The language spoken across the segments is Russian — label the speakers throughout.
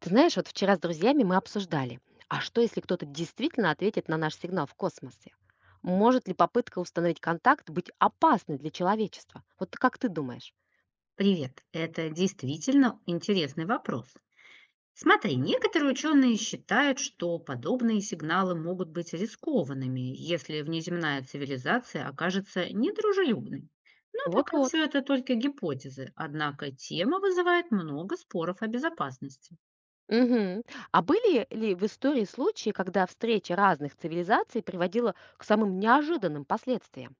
Speaker 1: Ты знаешь, вот вчера с друзьями мы обсуждали, а что если кто-то действительно ответит на наш сигнал в космосе? Может ли попытка установить контакт быть опасной для человечества? Вот как ты думаешь?
Speaker 2: Привет. Это действительно интересный вопрос. Смотри, некоторые ученые считают, что подобные сигналы могут быть рискованными, если внеземная цивилизация окажется недружелюбной. Но пока
Speaker 1: Вот-вот.
Speaker 2: все это только гипотезы, однако тема вызывает много споров о безопасности.
Speaker 1: Мгм. А были ли в истории случаи, когда встреча разных цивилизаций приводила к самым неожиданным последствиям?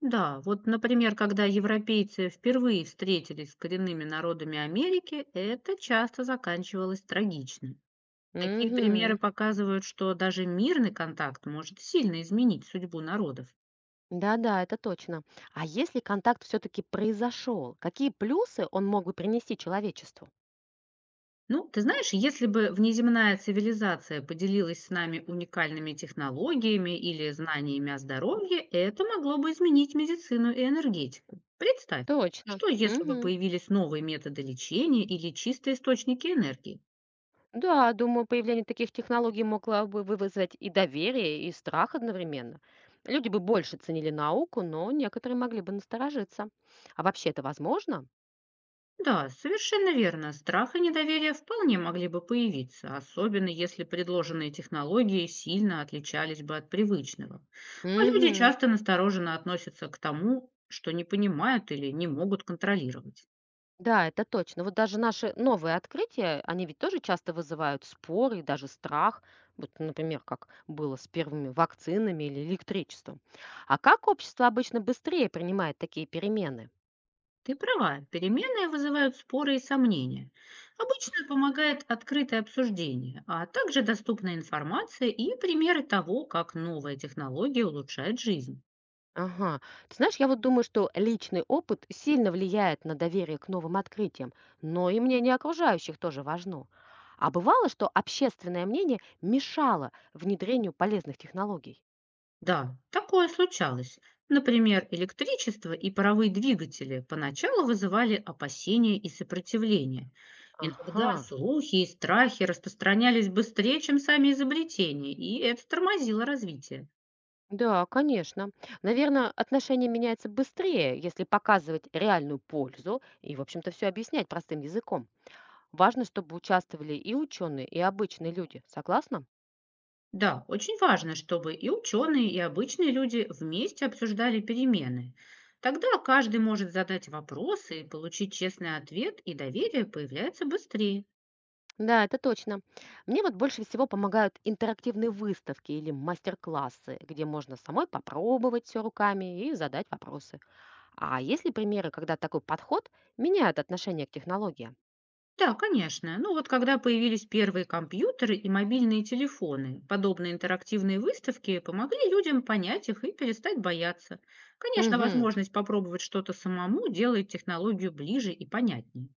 Speaker 2: Да, вот, например, когда европейцы впервые встретились с коренными народами Америки, это часто заканчивалось трагично. Такие примеры
Speaker 1: Угу.
Speaker 2: показывают, что даже мирный контакт может сильно изменить судьбу народов.
Speaker 1: Да-да, это точно. А если контакт все-таки произошел, какие плюсы он мог бы принести человечеству?
Speaker 2: Ну, ты знаешь, если бы внеземная цивилизация поделилась с нами уникальными технологиями или знаниями о здоровье, это могло бы изменить медицину и энергетику. Представь,
Speaker 1: Точно.
Speaker 2: что если бы
Speaker 1: Мгм.
Speaker 2: появились новые методы лечения или чистые источники энергии?
Speaker 1: Да, думаю, появление таких технологий могло бы вызвать и доверие, и страх одновременно. Люди бы больше ценили науку, но некоторые могли бы насторожиться. А вообще это возможно?
Speaker 2: Да, совершенно верно. Страх и недоверие вполне могли бы появиться, особенно если предложенные технологии сильно отличались бы от привычного. А люди
Speaker 1: Угу.
Speaker 2: часто настороженно относятся к тому, что не понимают или не могут контролировать.
Speaker 1: Да, это точно. Вот даже наши новые открытия, они ведь тоже часто вызывают споры и даже страх. Вот, например, как было с первыми вакцинами или электричеством. А как общество обычно быстрее принимает такие перемены?
Speaker 2: Ты права, переменные вызывают споры и сомнения. Обычно помогает открытое обсуждение, а также доступная информация и примеры того, как новая технология улучшает жизнь.
Speaker 1: Ага. Ты знаешь, я вот думаю, что личный опыт сильно влияет на доверие к новым открытиям, но и мнение окружающих тоже важно. А бывало, что общественное мнение мешало внедрению полезных технологий?
Speaker 2: Да, такое случалось. Например, электричество и паровые двигатели поначалу вызывали опасения и сопротивление. Иногда
Speaker 1: Ага.
Speaker 2: слухи и страхи распространялись быстрее, чем сами изобретения, и это тормозило развитие.
Speaker 1: Да, конечно. Наверное, отношение меняется быстрее, если показывать реальную пользу и, в общем-то, все объяснять простым языком. Важно, чтобы участвовали и ученые, и обычные люди. Согласна?
Speaker 2: Да, очень важно, чтобы и ученые, и обычные люди вместе обсуждали перемены. Тогда каждый может задать вопросы, получить честный ответ, и доверие появляется быстрее.
Speaker 1: Да, это точно. Мне вот больше всего помогают интерактивные выставки или мастер-классы, где можно самой попробовать все руками и задать вопросы. А есть ли примеры, когда такой подход меняет отношение к технологиям?
Speaker 2: Да, конечно. Ну вот когда появились первые компьютеры и мобильные телефоны, подобные интерактивные выставки помогли людям понять их и перестать бояться. Конечно,
Speaker 1: Угу.
Speaker 2: возможность попробовать что-то самому делает технологию ближе и понятнее.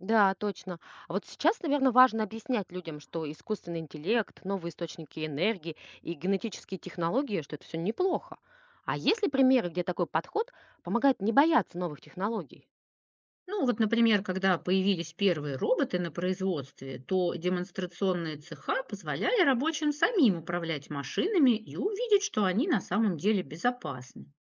Speaker 1: Да, точно. А вот сейчас, наверное, важно объяснять людям, что искусственный интеллект, новые источники энергии и генетические технологии, что это все неплохо. А есть ли примеры, где такой подход помогает не бояться новых технологий?
Speaker 2: Ну вот, например, когда появились первые роботы на производстве, то демонстрационные цеха позволяли рабочим самим управлять машинами и увидеть, что они на самом деле безопасны.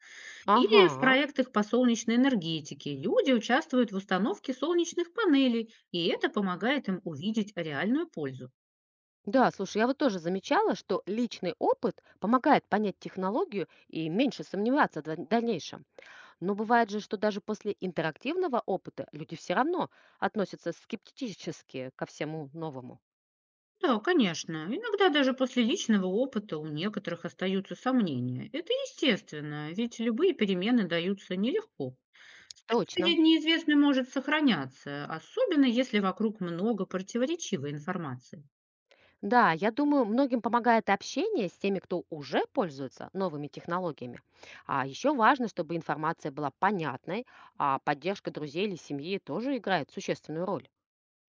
Speaker 2: Или в
Speaker 1: Ага.
Speaker 2: проектах по солнечной энергетике люди участвуют в установке солнечных панелей, и это помогает им увидеть реальную пользу.
Speaker 1: Да, слушай, я вот тоже замечала, что личный опыт помогает понять технологию и меньше сомневаться в дальнейшем. Но бывает же, что даже после интерактивного опыта люди все равно относятся скептически ко всему новому.
Speaker 2: Да, конечно, иногда даже после личного опыта у некоторых остаются сомнения. Это естественно, ведь любые перемены даются нелегко. Страх
Speaker 1: Точно.
Speaker 2: перед неизвестным может сохраняться, особенно если вокруг много противоречивой информации.
Speaker 1: Да, я думаю, многим помогает общение с теми, кто уже пользуется новыми технологиями. А еще важно, чтобы информация была понятной, а поддержка друзей или семьи тоже играет существенную роль.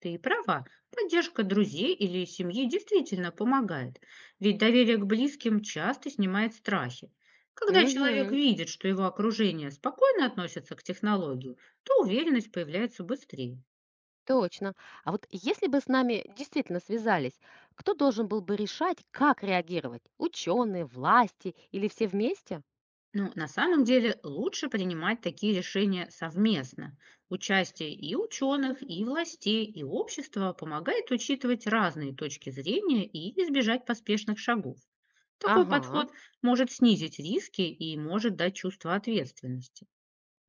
Speaker 2: Ты права, поддержка друзей или семьи действительно помогает, ведь доверие к близким часто снимает страхи. Когда человек
Speaker 1: Угу.
Speaker 2: видит, что его окружение спокойно относится к технологии, то уверенность появляется быстрее.
Speaker 1: Точно. А вот если бы с нами действительно связались, кто должен был бы решать, как реагировать? Ученые, власти или все вместе?
Speaker 2: Ну, на самом деле лучше принимать такие решения совместно. Участие и ученых, и властей, и общества помогает учитывать разные точки зрения и избежать поспешных шагов. Такой
Speaker 1: Ага.
Speaker 2: подход может снизить риски и может дать чувство ответственности.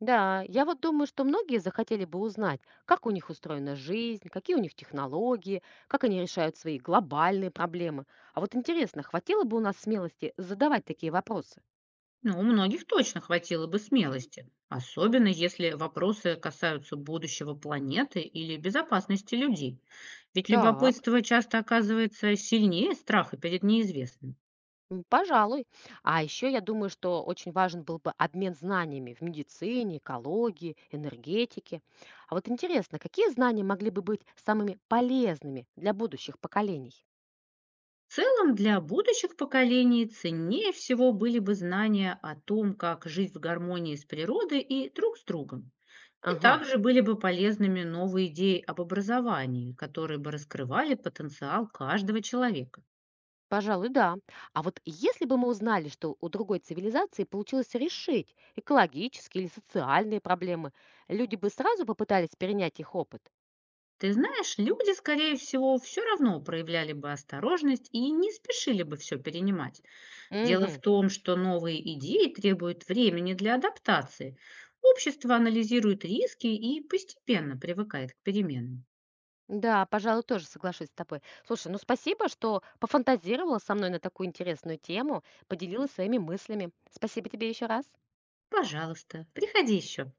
Speaker 1: Да, я вот думаю, что многие захотели бы узнать, как у них устроена жизнь, какие у них технологии, как они решают свои глобальные проблемы. А вот интересно, хватило бы у нас смелости задавать такие вопросы?
Speaker 2: Но у многих точно хватило бы смелости, особенно если вопросы касаются будущего планеты или безопасности людей. Ведь
Speaker 1: Так.
Speaker 2: любопытство часто оказывается сильнее страха перед неизвестным.
Speaker 1: Пожалуй. А еще я думаю, что очень важен был бы обмен знаниями в медицине, экологии, энергетике. А вот интересно, какие знания могли бы быть самыми полезными для будущих поколений?
Speaker 2: В целом, для будущих поколений ценнее всего были бы знания о том, как жить в гармонии с природой и друг с другом. И
Speaker 1: Ага,
Speaker 2: также были бы полезными новые идеи об образовании, которые бы раскрывали потенциал каждого человека.
Speaker 1: пожалуй, да. А вот если бы мы узнали, что у другой цивилизации получилось решить экологические или социальные проблемы, люди бы сразу попытались перенять их опыт?
Speaker 2: Ты знаешь, люди, скорее всего, все равно проявляли бы осторожность и не спешили бы все перенимать. Дело в
Speaker 1: Угу.
Speaker 2: том, что новые идеи требуют времени для адаптации. Общество анализирует риски и постепенно привыкает к переменам.
Speaker 1: Да, пожалуй, тоже соглашусь с тобой. Слушай, ну спасибо, что пофантазировала со мной на такую интересную тему, поделилась своими мыслями. Спасибо тебе еще раз.
Speaker 2: Пожалуйста, приходи еще.